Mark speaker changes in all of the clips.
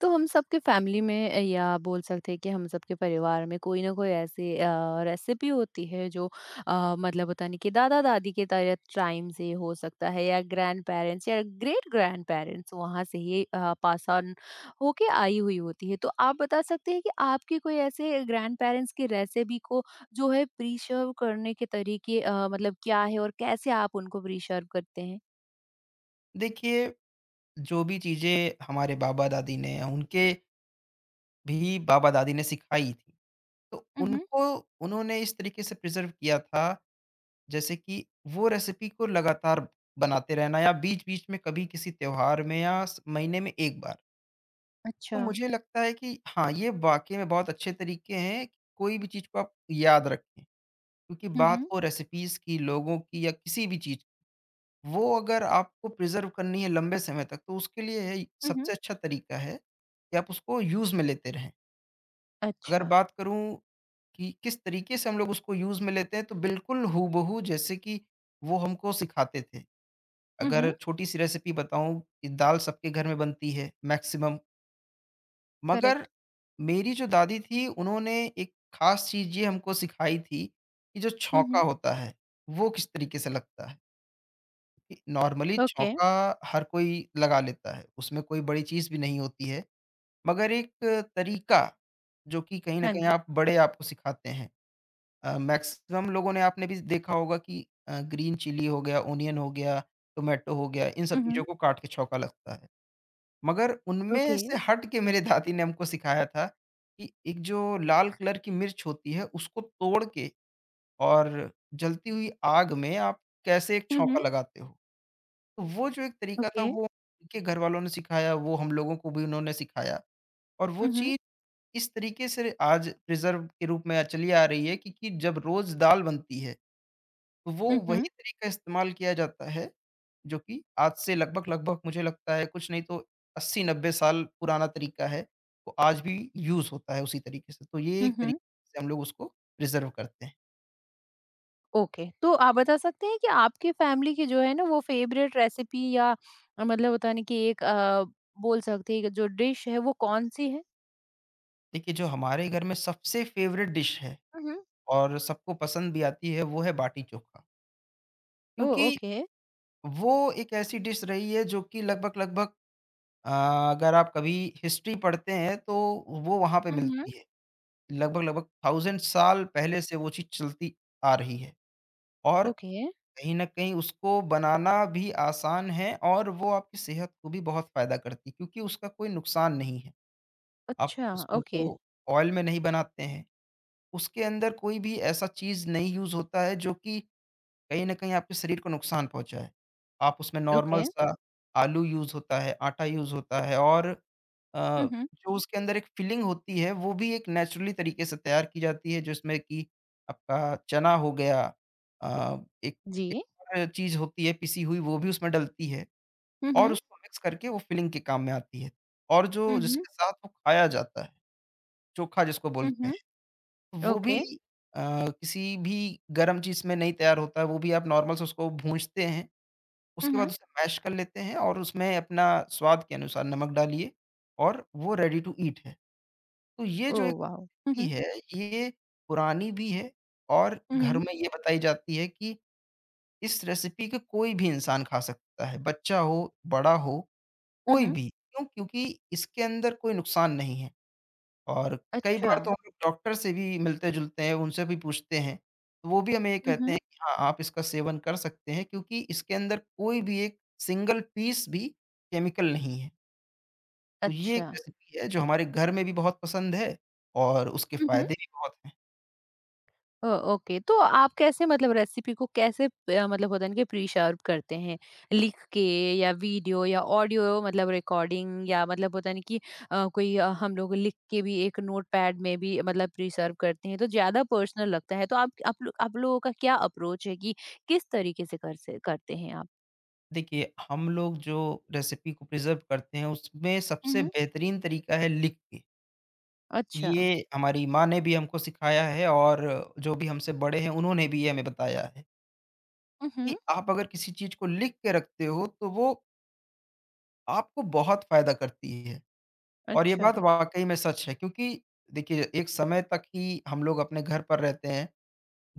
Speaker 1: तो हम सबके फैमिली में या बोल सकते हैं कि हम सबके परिवार में कोई ना कोई ऐसी रेसिपी होती है जो मतलब पता नहीं कि दादा दादी के तरह टाइम से हो सकता है या ग्रैंड पेरेंट्स या ग्रेट ग्रैंड पेरेंट्स वहाँ से ही पास ऑन होके आई हुई होती है। तो आप बता सकते हैं कि आपके कोई ऐसे ग्रैंड पेरेंट्स की रेसिपी को जो है प्रिशर्व करने के तरीके मतलब क्या है और कैसे आप उनको प्रिशर्व करते हैं।
Speaker 2: देखिए, जो भी चीज़ें हमारे बाबा-दादी ने या उनके भी बाबा-दादी ने सिखाई थी, तो
Speaker 1: हम्म।
Speaker 2: उनको उन्होंने इस तरीके से प्रिज़र्व किया था, जैसे कि वो रेसिपी को लगातार बनाते रहना या बीच-बीच में कभी किसी त्योहार में या स महीने में 1 बार। तो
Speaker 1: अच्छा।
Speaker 2: मुझे लगता है कि हाँ, ये वाक़ई में बहुत अच्छे तरीके हैं कि कोई भी चीज़ को आप याद रखें, क्योंकि बात
Speaker 1: हम्म।
Speaker 2: हो रेसिपीज़ की, लोगों की या किसी भी चीज़, वो अगर आपको प्रिज़र्व करनी है लंबे समय तक, तो उसके लिए है
Speaker 1: हम्म। हम्म।
Speaker 2: सबसे अच्छा तरीका है कि आप उसको यूज़ में लेते रहें। अगर
Speaker 1: अच्छा।
Speaker 2: बात करूँ कि किस तरीके से हम लोग उसको यूज़ में लेते हैं, तो बिल्कुल हूबहू जैसे कि वो हमको सिखाते थे। अगर
Speaker 1: हम्म।
Speaker 2: छोटी-सी रेसिपी बताऊँ कि दाल सबके घर में बनती है मैक्सिमम, मगर
Speaker 1: करेक्ट।
Speaker 2: मेरी जो दादी थी, उन्होंने एक ख़ास चीज़ ये हमको सिखाई थी कि जो
Speaker 1: हुँ,
Speaker 2: छौंका
Speaker 1: हुँ।
Speaker 2: होता है, वो किस तरीके से लगता है। कि नॉर्मली
Speaker 1: ओके।
Speaker 2: चौका हर कोई लगा लेता है, उसमें कोई बड़ी चीज़ भी नहीं होती है। मगर एक तरीका जो कि कहीं न
Speaker 1: हाँ
Speaker 2: कहीं
Speaker 1: जी।
Speaker 2: आप बड़े आपको सिखाते हैं। मैक्सिमम लोगों ने आपने भी देखा होगा कि ग्रीन चिली हो गया, ओनियन हो गया, टोमेटो हो गया, इन सब
Speaker 1: हुँ,
Speaker 2: चीज़ों
Speaker 1: हुँ।
Speaker 2: को काट के चौका लगता है। मगर उनमें
Speaker 1: ओके।
Speaker 2: से हट के मेरे दादी ने हमको सिखाया था कि एक जो लाल कलर की मिर्च होती है उसको तोड़ के और जलती हुई आग में आप कैसे एक
Speaker 1: हुँ,
Speaker 2: छौंका
Speaker 1: हुँ।
Speaker 2: लगाते हो? तो वो जो एक तरीका था
Speaker 1: ओके।
Speaker 2: वो उनके घरवालों ने सिखाया, वो हम लोगों को भी उन्होंने सिखाया और वो
Speaker 1: हुँ, हुँ।
Speaker 2: चीज़ इस तरीके से आज प्रिज़र्व के रूप में चली आ रही है, क्योंकि जब रोज़ दाल बनती है, तो वो
Speaker 1: हुँ,
Speaker 2: वही
Speaker 1: हुँ।
Speaker 2: तरीका इस्तेमाल किया जाता है, जो कि आज से लगभग-लगभग मुझे लगता है कुछ नहीं तो 80-90 साल पुराना तरीका है, तो आज भी यूज़ होता है उसी तरीके से। तो ये
Speaker 1: हुँ,
Speaker 2: एक
Speaker 1: हुँ।
Speaker 2: तरीके से हम लोग उसको प्रिज़र्व करते हैं।
Speaker 1: ओके। तो आप बता सकते हैं कि आपकी फ़ैमिली की जो है ना वो फ़ेवरेट रेसिपी या मतलब होता है ना कि एक बोल सकते हैं कि जो डिश है वो कौन-सी है?
Speaker 2: देखिए, जो हमारे घर में सबसे फ़ेवरेट डिश है
Speaker 1: हुँ, हुँ।
Speaker 2: और सबको पसंद भी आती है, वो है बाटी चोखा।
Speaker 1: ओह!
Speaker 2: क्योंकि
Speaker 1: ओके।
Speaker 2: वो एक ऐसी डिश रही है जो कि लगभग-लगभग, अ, अगर आप कभी हिस्ट्री पढ़ते हैं तो वो वहाँ पे
Speaker 1: हुँ, हुँ।
Speaker 2: मिलती है। लगभग-लगभग 1000 साल पहले से वो चीज़ चलती आ रही है और
Speaker 1: ओके।
Speaker 2: कहीं न कहीं उसको बनाना भी आसान है और वो आपकी सेहत को भी बहुत फ़ायदा करती है क्योंकि उसका कोई नुकसान नहीं है। आप
Speaker 1: अच्छा,
Speaker 2: उसमें
Speaker 1: ओके,
Speaker 2: को ऑयल में नहीं बनाते हैं। उसके अंदर कोई भी ऐसा चीज़ नहीं यूज़ होता है जो कि कहीं न कहीं आपके शरीर को नुकसान पहुँचा है। आप उसमें
Speaker 1: ओके।
Speaker 2: नॉर्मल सा आलू यूज़ होता है, आटा यूज़ होता है और
Speaker 1: हुँ,
Speaker 2: अ,
Speaker 1: हुँ।
Speaker 2: जो उसके अंदर एक फिलिंग होती है वो भी एक नेचुरली तरीके से तैयार की जाती है, जिसमें कि आपका चना हो गया, अ, एक एक
Speaker 1: जी।
Speaker 2: और चीज़ होती है पिसी हुई वो भी उसमें डलती है
Speaker 1: हुँ,
Speaker 2: और
Speaker 1: हुँ।
Speaker 2: उसको मिक्स करके वो फिलिंग के काम में आती है। और जो
Speaker 1: हुँ, हुँ।
Speaker 2: जिसके साथ वो खाया जाता है, चोखा जिसको
Speaker 1: हुँ,
Speaker 2: बोलते
Speaker 1: हुँ।
Speaker 2: हैं, वो
Speaker 1: ओके।
Speaker 2: भी अ, किसी भी गरम चीज़ में नहीं तैयार होता है, वो भी आप नॉर्मल से उसको भूँजते हैं।
Speaker 1: हुँ,
Speaker 2: उसके बाद
Speaker 1: हुँ।
Speaker 2: उसे मैश कर लेते हैं और उसमें अपना स्वाद के अनुसार नमक डालिए और वो रेडी टू ईट है। तो ये जो एक
Speaker 1: ओह वाओ! हुँ,
Speaker 2: विधि
Speaker 1: हुँ।
Speaker 2: है, ये पुरानी भी है और
Speaker 1: हुँ,
Speaker 2: घर
Speaker 1: हुँ।
Speaker 2: में ये बताई जाती है कि इस रेसिपी को कोई भी इंसान खा सकता है, बच्चा हो, बड़ा हो,
Speaker 1: हुँ,
Speaker 2: कोई
Speaker 1: हुँ।
Speaker 2: भी। क्यों? क्योंकि इसके अंदर कोई नुकसान नहीं है। और कई
Speaker 1: अच्छा।
Speaker 2: बार तो हम लोग डॉक्टर से भी मिलते-जुलते हैं, उनसे भी पूछते हैं, तो वो भी हमें ये
Speaker 1: हुँ,
Speaker 2: कहते
Speaker 1: हुँ।
Speaker 2: हैं कि हाँ, आप इसका सेवन कर सकते हैं, क्योंकि इसके अंदर कोई भी एक सिंगल पीस भी केमिकल नहीं है। तो ये एक
Speaker 1: अच्छा।
Speaker 2: रेसिपी है जो हमारे घर में भी बहुत पसंद है और उसके
Speaker 1: हुँ, हुँ।
Speaker 2: फ़ायदे भी बहुत हैं।
Speaker 1: Oh, okay. तो आप कैसे मतलब रेसिपी को कैसे मतलब होता है ना कि प्री शार्प करते हैं लिख के, या वीडियो या ऑडियो मतलब रिकॉर्डिंग, या मतलब होता है ना कि कोई हम लोग लिख के भी एक नोट पैड में भी मतलब प्री शार्प करते हैं तो ज्यादा पर्सनल लगता है। तो आप आप लोगों का क्या अप्रोच है कि किस तरीके से कर से करते हैं आप?
Speaker 2: देखिए, हम लोग जो रेसिपी को प्रिज़र्व करते हैं, उसमें सबसे
Speaker 1: हम्म।
Speaker 2: बेहतरीन तरीका है लिख के।
Speaker 1: अच्छा।
Speaker 2: ये हमारी माँ ने भी हमको सिखाया है और जो भी हमसे बड़े हैं, उन्होंने भी ये हमें बताया है।
Speaker 1: हम्म।
Speaker 2: कि आप अगर किसी चीज़ को लिख के रखते हो, तो वो आपको बहुत फ़ायदा करती है और ये
Speaker 1: अच्छा।
Speaker 2: बात वाक़ई में सच है क्योंकि देखिए, एक समय तक ही हम लोग अपने घर पर रहते हैं।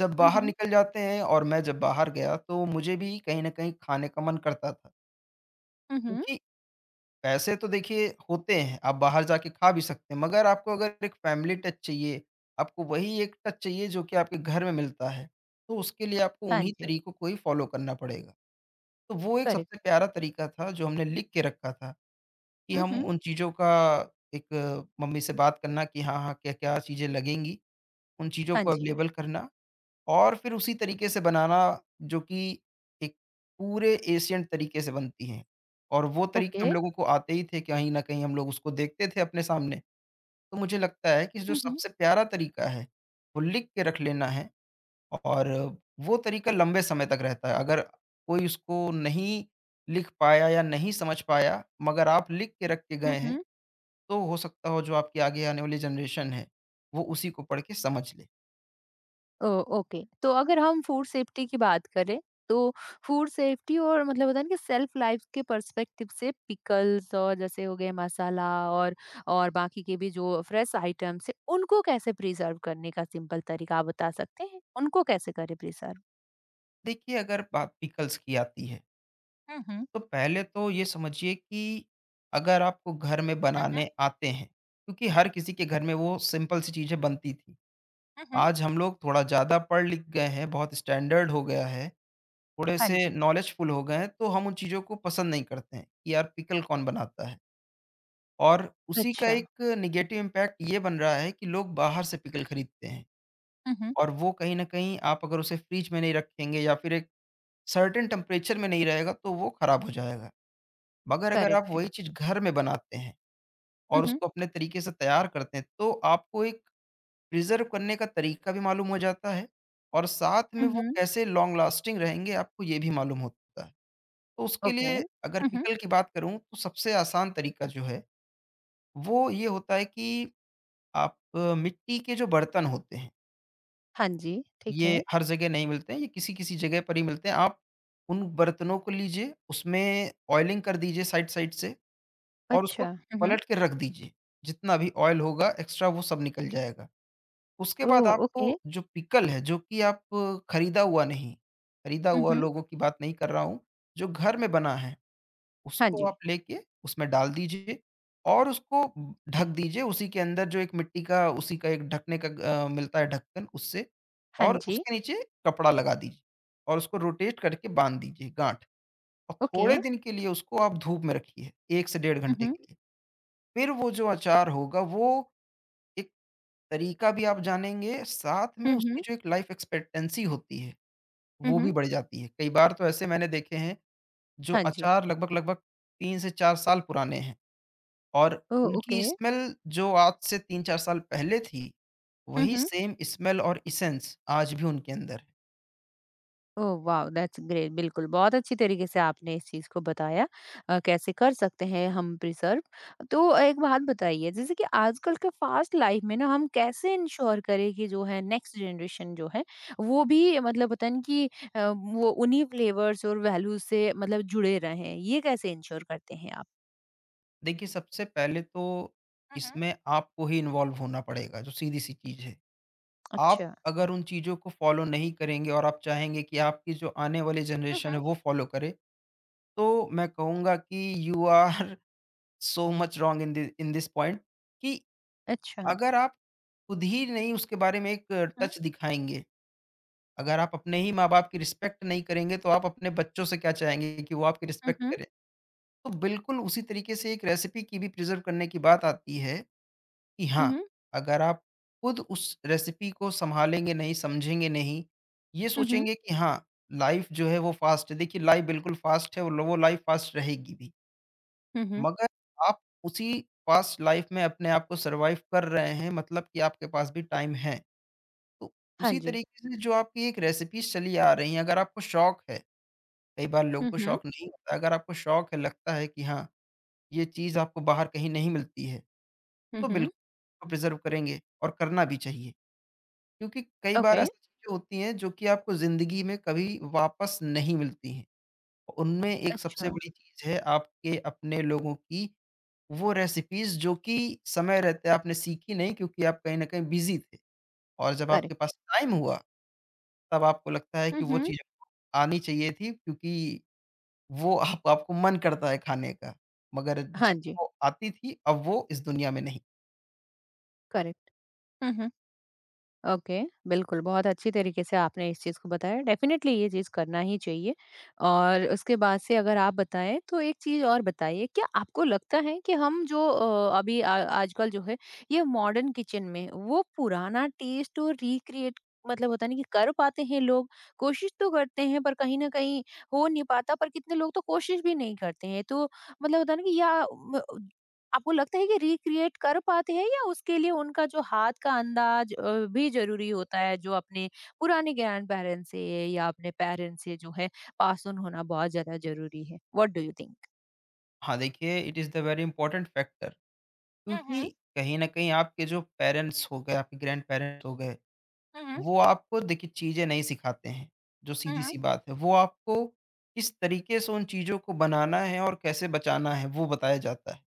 Speaker 2: जब बाहर
Speaker 1: हम्म।
Speaker 2: निकल जाते हैं और मैं जब बाहर गया, तो मुझे भी कहीं न कहीं खाने का मन करता था,
Speaker 1: हम्म।
Speaker 2: क्योंकि पैसे तो देखिए होते हैं, आप बाहर जाके खा भी सकते हैं, मगर आपको अगर एक फ़ैमिली टच चाहिए, आपको वही एक टच चाहिए जो कि आपके घर में मिलता है, तो उसके लिए आपको
Speaker 1: हाँ
Speaker 2: उन्हीं
Speaker 1: जी।
Speaker 2: तरीकों को ही फ़ॉलो करना पड़ेगा। तो वो एक सबसे
Speaker 1: करेक्ट।
Speaker 2: प्यारा तरीका था जो हमने लिख के रखा था कि हम
Speaker 1: हम्म।
Speaker 2: उन चीज़ों का एक मम्मी से बात करना कि हाँ, हाँ, क्या-क्या चीज़ें लगेंगी, उन चीज़ों
Speaker 1: हाँ
Speaker 2: को
Speaker 1: जी।
Speaker 2: अवेलेबल करना और फिर उसी तरीके से बनाना जो कि एक पूरे एशियन तरीके से बनती हैं। और वो तरीके
Speaker 1: ओके।
Speaker 2: हम लोगों को आते ही थे, कहीं न कहीं हम लोग उसको देखते थे अपने सामने। तो मुझे लगता है कि जो सबसे प्यारा तरीका है, वो लिख के रख लेना है और वो तरीका लंबे समय तक रहता है। अगर कोई उसको नहीं लिख पाया या नहीं समझ पाया, मगर आप लिख के रख के गए हैं,
Speaker 1: हम्म।
Speaker 2: तो हो सकता हो जो आपकी आगे आने वाली जनरेशन है, वो उसी को पढ़ के समझ ले।
Speaker 1: Oh, okay. तो अगर हम फूड सेफ्टी की बात करें तो फूड सेफ्टी और मतलब होता है ना कि सेल्फ लाइफ के पर्सपेक्टिव से पिकल्स, और जैसे हो गए मसाला और और बाकी के भी जो फ्रेश आइटम्स है उनको कैसे प्रिजर्व करने का सिंपल तरीका आप बता सकते हैं, उनको कैसे करें प्रिजर्व?
Speaker 2: देखिए, अगर बात पिकल्स की आती है,
Speaker 1: हम्म।
Speaker 2: तो पहले तो ये समझिए कि अगर आपको घर में
Speaker 1: हम्म।
Speaker 2: बनाने आते हैं, क्योंकि हर किसी के घर में वो सिंपल सी चीज़ें बनती थी।
Speaker 1: हम्म।
Speaker 2: आज हम लोग थोड़ा ज़्यादा पढ़-लिख गए हैं, बहुत स्टैंडर्ड हो गया है। थोड़े
Speaker 1: हाँ
Speaker 2: से
Speaker 1: जी।
Speaker 2: नॉलेजफुल हो गए हैं, तो हम उन चीज़ों को पसंद नहीं करते हैं कि यार पिकल कौन बनाता है? और उसी का
Speaker 1: अच्छा।
Speaker 2: एक नेगेटिव इम्पैक्ट ये बन रहा है कि लोग बाहर से पिकल खरीदते हैं
Speaker 1: हम्म।
Speaker 2: और वो कहीं न कहीं आप अगर उसे फ्रिज में नहीं रखेंगे या फिर एक सर्टेन टेम्परेचर में नहीं रहेगा तो वो खराब हो जाएगा। मगर अगर आप
Speaker 1: करेक्ट है।
Speaker 2: वही चीज़ घर में बनाते हैं और
Speaker 1: हम्म।
Speaker 2: उसको अपने तरीके से तैयार करते हैं, तो आपको एक प्रिज़र्व करने का तरीका भी मालूम हो जाता है और साथ में वो
Speaker 1: हम्म।
Speaker 2: कैसे लॉन्ग लास्टिंग रहेंगे आपको ये भी मालूम होता है। तो उसके
Speaker 1: ओके।
Speaker 2: लिए अगर
Speaker 1: हम्म।
Speaker 2: पिकल की बात करूँ तो सबसे आसान तरीका जो है, वो ये होता है कि आप मिट्टी के जो बर्तन होते हैं,
Speaker 1: हाँ जी। ठीक है।
Speaker 2: ये हर जगह नहीं मिलते हैं, ये किसी-किसी जगह पर ही मिलते हैं। आप उन बर्तनों को लीजिए, उसमें ऑयलिंग कर दीजिए साइड-साइड से और उसको
Speaker 1: अच्छा। हम्म।
Speaker 2: पलट के रख दीजिए। जितना भी ऑयल होगा एक्स्ट्रा वो सब निकल जाएगा। उसके
Speaker 1: ओ।
Speaker 2: बाद
Speaker 1: ओके।
Speaker 2: आपको जो पिकल है, जो कि आप खरीदा हुआ नहीं, खरीदा हुआ
Speaker 1: हम्म।
Speaker 2: लोगों की बात नहीं कर रहा हूँ, जो घर में बना है
Speaker 1: हाँ
Speaker 2: उसको
Speaker 1: जी।
Speaker 2: आप लेके उसमें डाल दीजिए और उसको ढक दीजिए उसी के अंदर जो एक मिट्टी का उसी का एक ढकने का मिलता है ढक्कन, उससे
Speaker 1: हाँ
Speaker 2: और
Speaker 1: जी।
Speaker 2: उसके नीचे कपड़ा लगा दीजिए और उसको रोटेट करके बांध दीजिए गांठ, और
Speaker 1: ओके।
Speaker 2: थोड़े दिन के लिए उसको आप धूप में रखिए, 1 से डेढ़ घंटे के लिए। फिर वो जो अचार होगा वो एक तरीका भी आप जानेंगे, साथ में
Speaker 1: हुँ,
Speaker 2: उसकी
Speaker 1: हुँ।
Speaker 2: जो एक लाइफ एक्सपेक्टेंसी होती है,
Speaker 1: हुँ,
Speaker 2: वो भी
Speaker 1: हुँ।
Speaker 2: बढ़ जाती है। कई बार तो ऐसे मैंने देखे हैं जो
Speaker 1: हाँ जी।
Speaker 2: अचार लगभग-लगभग 3 से 4 साल पुराने हैं। और
Speaker 1: ओह! ओके।
Speaker 2: उनकी स्मेल जो आज से 3-4 साल पहले थी,
Speaker 1: हुँ,
Speaker 2: वही
Speaker 1: हुँ।
Speaker 2: सेम स्मेल और एसेंस आज भी उनके अंदर है।
Speaker 1: Oh wow! दैट्स ग्रेट बिल्कुल, बहुत अच्छी तरीके से आपने इस चीज़ को बताया, कैसे कर सकते हैं हम प्रिज़र्व। तो एक बात बताइए, जैसे कि आजकल के फ़ास्ट लाइफ़ में ना हम कैसे इंश्योर करें कि जो है नेक्स्ट जनरेशन जो है वो भी मतलब होता है ना कि वो उन्हीं फ्लेवर्स और वैल्यूज़ से मतलब जुड़े रहें, ये कैसे इंश्योर करते हैं आप?
Speaker 2: देखिए, सबसे पहले तो
Speaker 1: हुँ, हुँ।
Speaker 2: इसमें आपको ही इन्वॉल्व होना पड़ेगा, जो सीधी-सी चीज़ है। आप
Speaker 1: अच्छा।
Speaker 2: अगर उन चीज़ों को फॉलो नहीं करेंगे और आप चाहेंगे कि आपकी जो आने वाली
Speaker 1: हुँ,
Speaker 2: जनरेशन है,
Speaker 1: हुँ।
Speaker 2: वो फॉलो करे, तो मैं कहूँगा कि you are so much wrong in this point, कि
Speaker 1: अच्छा।
Speaker 2: अगर आप खुद ही नहीं उसके बारे में एक
Speaker 1: हुँ, हुँ।
Speaker 2: टच दिखाएँगे, अगर आप अपने ही माँ-बाप की रिस्पेक्ट नहीं करेंगे, तो आप अपने बच्चों से क्या चाहेंगे कि वो आपकी
Speaker 1: हुँ,
Speaker 2: रिस्पेक्ट
Speaker 1: हुँ।
Speaker 2: करें? तो बिल्कुल उसी तरीके से एक रेसिपी की भी प्रिज़र्व करने की बात आती है कि
Speaker 1: हुँ,
Speaker 2: हाँ,
Speaker 1: हुँ।
Speaker 2: अगर आप खुद उस रेसिपी को सँभालेंगे नहीं, समझेंगे नहीं, ये
Speaker 1: हुँ, हुँ।
Speaker 2: सोचेंगे कि हाँ, लाइफ़ जो है वो फ़ास्ट है। देखिए, लाइफ़ बिल्कुल फ़ास्ट है और वो लाइफ़ फ़ास्ट रहेगी भी।
Speaker 1: हुँ, हुँ।
Speaker 2: मगर आप उसी फ़ास्ट लाइफ़ में अपने आप को सर्वाइव कर रहे हैं, मतलब कि आपके पास भी टाइम है। तो
Speaker 1: हाँ
Speaker 2: उसी
Speaker 1: जी।
Speaker 2: तरीके से जो आपकी एक रेसिपीज़ चली आ रही हैं, अगर आपको शौक है, कई बार लोगों
Speaker 1: हुँ,
Speaker 2: को
Speaker 1: हुँ।
Speaker 2: शौक नहीं होता, अगर आपको शौक है, लगता है कि हाँ, ये चीज़ आपको बाहर कहीं नहीं मिलती है,
Speaker 1: हुँ,
Speaker 2: तो
Speaker 1: हुँ,
Speaker 2: बिल्कुल प्रिज़र्व करेंगे और करना भी चाहिए। क्योंकि कई बार
Speaker 1: ओके,
Speaker 2: ऐसी चीज़ें होती हैं जो कि आपको ज़िंदगी में कभी वापस नहीं मिलती हैं। उनमें एक सबसे
Speaker 1: अच्छा,
Speaker 2: बड़ी चीज़ है आपके अपने लोगों की वो रेसिपीज़ जो कि समय रहते आपने सीखी नहीं, क्योंकि आप कहीं न कहीं बिज़ी थे और जब आपके
Speaker 1: करेक्ट।
Speaker 2: पास टाइम हुआ, तब आपको लगता है
Speaker 1: हुँ,
Speaker 2: कि वो
Speaker 1: हुँ,
Speaker 2: चीज़ आनी चाहिए थी, क्योंकि वो आप आपको मन करता है खाने का, मगर
Speaker 1: हाँ जी,
Speaker 2: जिसको आती थी, अब वो इस दुनिया में नहीं।
Speaker 1: करेक्ट। हुँ, हुँ, ओके, बिल्कुल, बहुत अच्छी तरीके से आपने इस चीज़ को बताया, डेफ़िनेटली ये चीज़ करना ही चाहिए। और उसके बाद से अगर आप बताएँ, तो एक चीज़ और बताइए, क्या आपको लगता है कि हम जो अ, अभी आ आजकल जो है, ये मॉडर्न किचन में वो पुराना टेस्ट और रिक्रिएट मतलब होता है ना कि कर पाते हैं लोग? कोशिश तो करते हैं, पर कहीं न कहीं हो नहीं पाता, पर कितने लोग तो कोशिश भी नहीं करते हैं। तो मतलब होता है ना कि या म आपको लगता है कि रिक्रिएट कर पाते हैं, या उसके लिए उनका जो हाथ का अंदाज भी ज़रूरी होता है जो अपने पुराने ग्रैंड-पेरेंट्स से या अपने पेरेंट्स से जो है पास ऑन होना बहुत ज़्यादा ज़रूरी है? What do you think?
Speaker 2: हाँ, देखिए, it is the very important factor,
Speaker 1: हुँ,
Speaker 2: क्योंकि
Speaker 1: हुँ।
Speaker 2: कहीं न कहीं आपके जो पेरेंट्स हो गए, आपके ग्रैंडपेरेंट्स हो गए,
Speaker 1: हुँ, हुँ।
Speaker 2: वो आपको देखिए चीज़ें नहीं सिखाते हैं, जो
Speaker 1: हुँ, हुँ।
Speaker 2: सीधी-सी बात है। वो आपको किस तरीके से उन चीज़ों को बनाना है और कैसे बचाना है, वो बताया जाता है।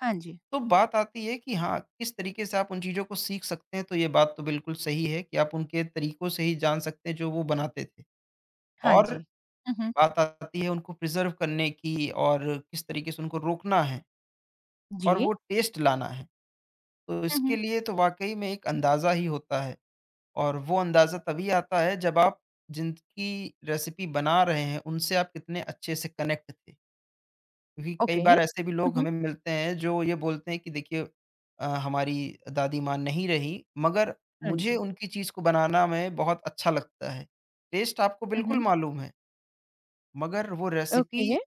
Speaker 1: हाँ जी।
Speaker 2: तो बात आती है कि हाँ, किस तरीके से आप उन चीज़ों को सीख सकते हैं, तो ये बात तो बिल्कुल सही है कि आप उनके तरीकों से ही जान सकते हैं जो वो बनाते थे।
Speaker 1: हाँ
Speaker 2: और
Speaker 1: जी। हुँ, हुँ।
Speaker 2: बात आती है उनको प्रिज़र्व करने की और किस तरीके से उनको रोकना है और
Speaker 1: जी।
Speaker 2: वो टेस्ट लाना है। तो
Speaker 1: हुँ,
Speaker 2: इसके
Speaker 1: हुँ।
Speaker 2: लिए तो वाक़ई में एक अंदाज़ा ही होता है, और वो अंदाज़ा तभी आता है जब आप जिनकी रेसिपी बना रहे हैं, उनसे आप कितने अच्छे से कनेक्ट थे। क्योंकि कई
Speaker 1: ओके।
Speaker 2: बार ऐसे भी
Speaker 1: हुँ,
Speaker 2: लोग
Speaker 1: हुँ।
Speaker 2: हमें मिलते हैं जो ये बोलते हैं कि देखिए, हमारी दादी माँ नहीं रही, मगर
Speaker 1: हाँ
Speaker 2: मुझे
Speaker 1: जी।
Speaker 2: उनकी चीज़ को बनाना में बहुत अच्छा लगता है। टेस्ट आपको
Speaker 1: हुँ,
Speaker 2: बिल्कुल
Speaker 1: हुँ।
Speaker 2: मालूम है, मगर वो रेसिपी
Speaker 1: ओके।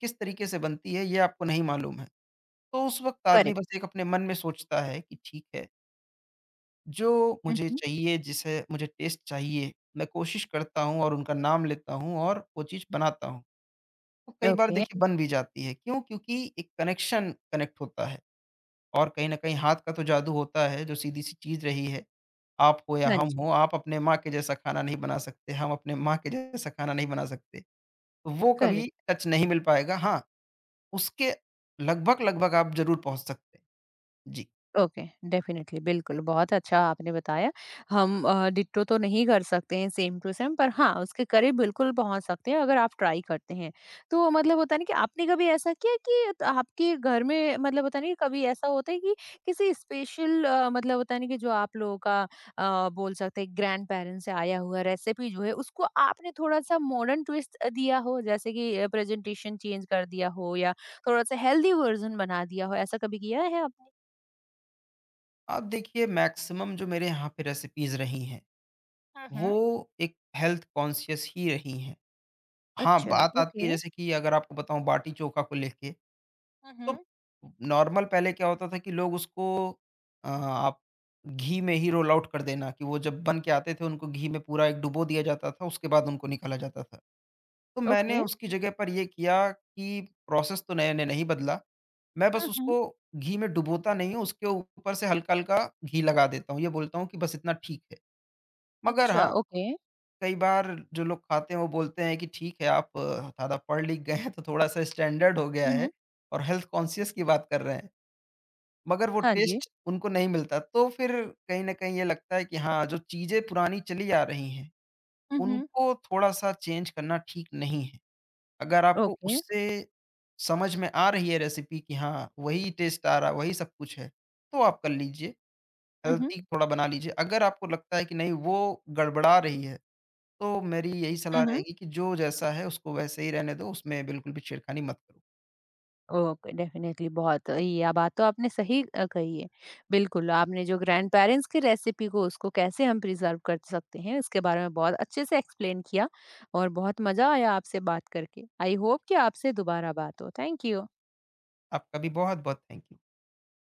Speaker 2: किस तरीके से बनती है, ये आपको नहीं मालूम है। तो उस वक़्त आदमी
Speaker 1: करेक्ट।
Speaker 2: बस एक अपने मन में सोचता है कि ठीक है, जो
Speaker 1: हुँ,
Speaker 2: मुझे
Speaker 1: हुँ।
Speaker 2: चाहिए, जिसे मुझे टेस्ट चाहिए, मैं कोशिश करता हूँ और उनका नाम लेता हूँ और वो चीज़ बनाता हूँ। तो कई बार
Speaker 1: ओके।
Speaker 2: देखिए, बन भी जाती है। क्यों? क्योंकि एक कनेक्शन कनेक्ट होता है। और कहीं न कहीं हाथ का तो जादू होता है, जो सीधी-सी चीज़ रही है। आप हो या
Speaker 1: हाँ
Speaker 2: हम
Speaker 1: जी।
Speaker 2: हो, आप अपने माँ के जैसा खाना नहीं बना सकते, हम अपने माँ के जैसा खाना नहीं बना सकते। तो वो कभी
Speaker 1: करेक्ट।
Speaker 2: टच नहीं मिल पाएगा। हाँ, उसके लगभग-लगभग आप ज़रूर पहुँच सकते हैं। जी।
Speaker 1: ओके, डेफ़िनिटली, बिल्कुल, बहुत अच्छा आपने बताया। हम डिट्टो तो नहीं कर सकते हैं सेम टू सेम, पर हाँ, उसके करीब बिल्कुल पहुँच सकते हैं अगर आप ट्राई करते हैं। तो मतलब होता है ना कि आपने कभी ऐसा किया कि त आपके घर में मतलब होता है ना, कभी ऐसा होता है कि किसी स्पेशल मतलब होता है ना कि जो आप लोगों का बोल सकते हैं ग्रैंड-पेरेंट्स से आया हुआ रेसिपी जो है उसको आपने थोड़ा-सा मॉडर्न ट्विस्ट दिया हो, जैसे कि प्रेज़ेंटेशन चेंज कर दिया हो या थोड़ा-सा हेल्दी वर्ज़न बना दिया हो, ऐसा कभी किया है आपने?
Speaker 2: आप देखिए, मैक्सिमम जो मेरे यहाँ पे रेसिपीज़ रही हैं,
Speaker 1: हुँ, हुँ।
Speaker 2: वो एक हेल्थ कॉन्शियस ही रही हैं। हाँ,
Speaker 1: अच्छा,
Speaker 2: बात आती है
Speaker 1: ओके।
Speaker 2: जैसे कि अगर आपको बताऊँ बाटी चोखा को लेके,
Speaker 1: हुँ,
Speaker 2: तो
Speaker 1: हुँ।
Speaker 2: नॉर्मल पहले क्या होता था कि लोग उसको आप घी में ही रोल आउट कर देना, कि वो जब बन के आते थे, उनको घी में पूरा एक डुबो दिया जाता था, उसके बाद उनको निकाला जाता था। तो मैंने
Speaker 1: ओके।
Speaker 2: उसकी जगह पर ये किया कि प्रोसेस तो मैंने नहीं बदला, मैं बस
Speaker 1: हुँ, हुँ।
Speaker 2: उसको घी में डुबोता नहीं हूँ, उसके ऊपर से हल्का-हल्का घी लगा देता हूँ। ये बोलता हूँ कि बस इतना ठीक है। मगर
Speaker 1: अच्छा,
Speaker 2: हाँ,
Speaker 1: ओके।
Speaker 2: कई बार जो लोग खाते हैं, वो बोलते हैं कि ठीक है, आप ज़्यादा पढ़-लिख गए हैं, तो थोड़ा-सा स्टैंडर्ड हो गया
Speaker 1: हुँ,
Speaker 2: है
Speaker 1: हुँ।
Speaker 2: और हेल्थ कॉन्शियस की बात कर रहे हैं। मगर वो
Speaker 1: हाँ जी।
Speaker 2: टेस्ट उनको नहीं मिलता। तो फिर कहीं न कहीं ये लगता है कि हाँ, जो चीज़ें पुरानी चली आ रही हैं,
Speaker 1: हुँ, हुँ।
Speaker 2: उनको थोड़ा-सा चेंज करना ठीक नहीं है। अगर आपको
Speaker 1: ओके।
Speaker 2: उससे समझ में आ रही है रेसिपी कि हाँ, वही टेस्ट आ रहा है, वही सब कुछ है, तो आप कर लीजिए।
Speaker 1: हुँ, हुँ।
Speaker 2: हेल्दी थोड़ा बना लीजिए। अगर आपको लगता है कि नहीं, वो गड़बड़ा रही है, तो मेरी यही
Speaker 1: हुँ,
Speaker 2: सलाह
Speaker 1: हुँ।
Speaker 2: रहेगी कि जो जैसा है उसको वैसे ही रहने दो, उसमें बिल्कुल भी छेड़खानी मत करो।
Speaker 1: ओके, डेफ़िनेटली बहुत ये बात तो आपने सही कही है। बिल्कुल, आपने जो ग्रैंडपेरेंट्स की रेसिपी को उसको कैसे हम प्रिज़र्व कर सकते हैं, इसके बारे में बहुत अच्छे से एक्सप्लेन किया और बहुत मज़ा आया आपसे बात करके। आई होप कि आपसे दोबारा बात हो। Thank you.
Speaker 2: आपका भी बहुत-बहुत थैंक यू।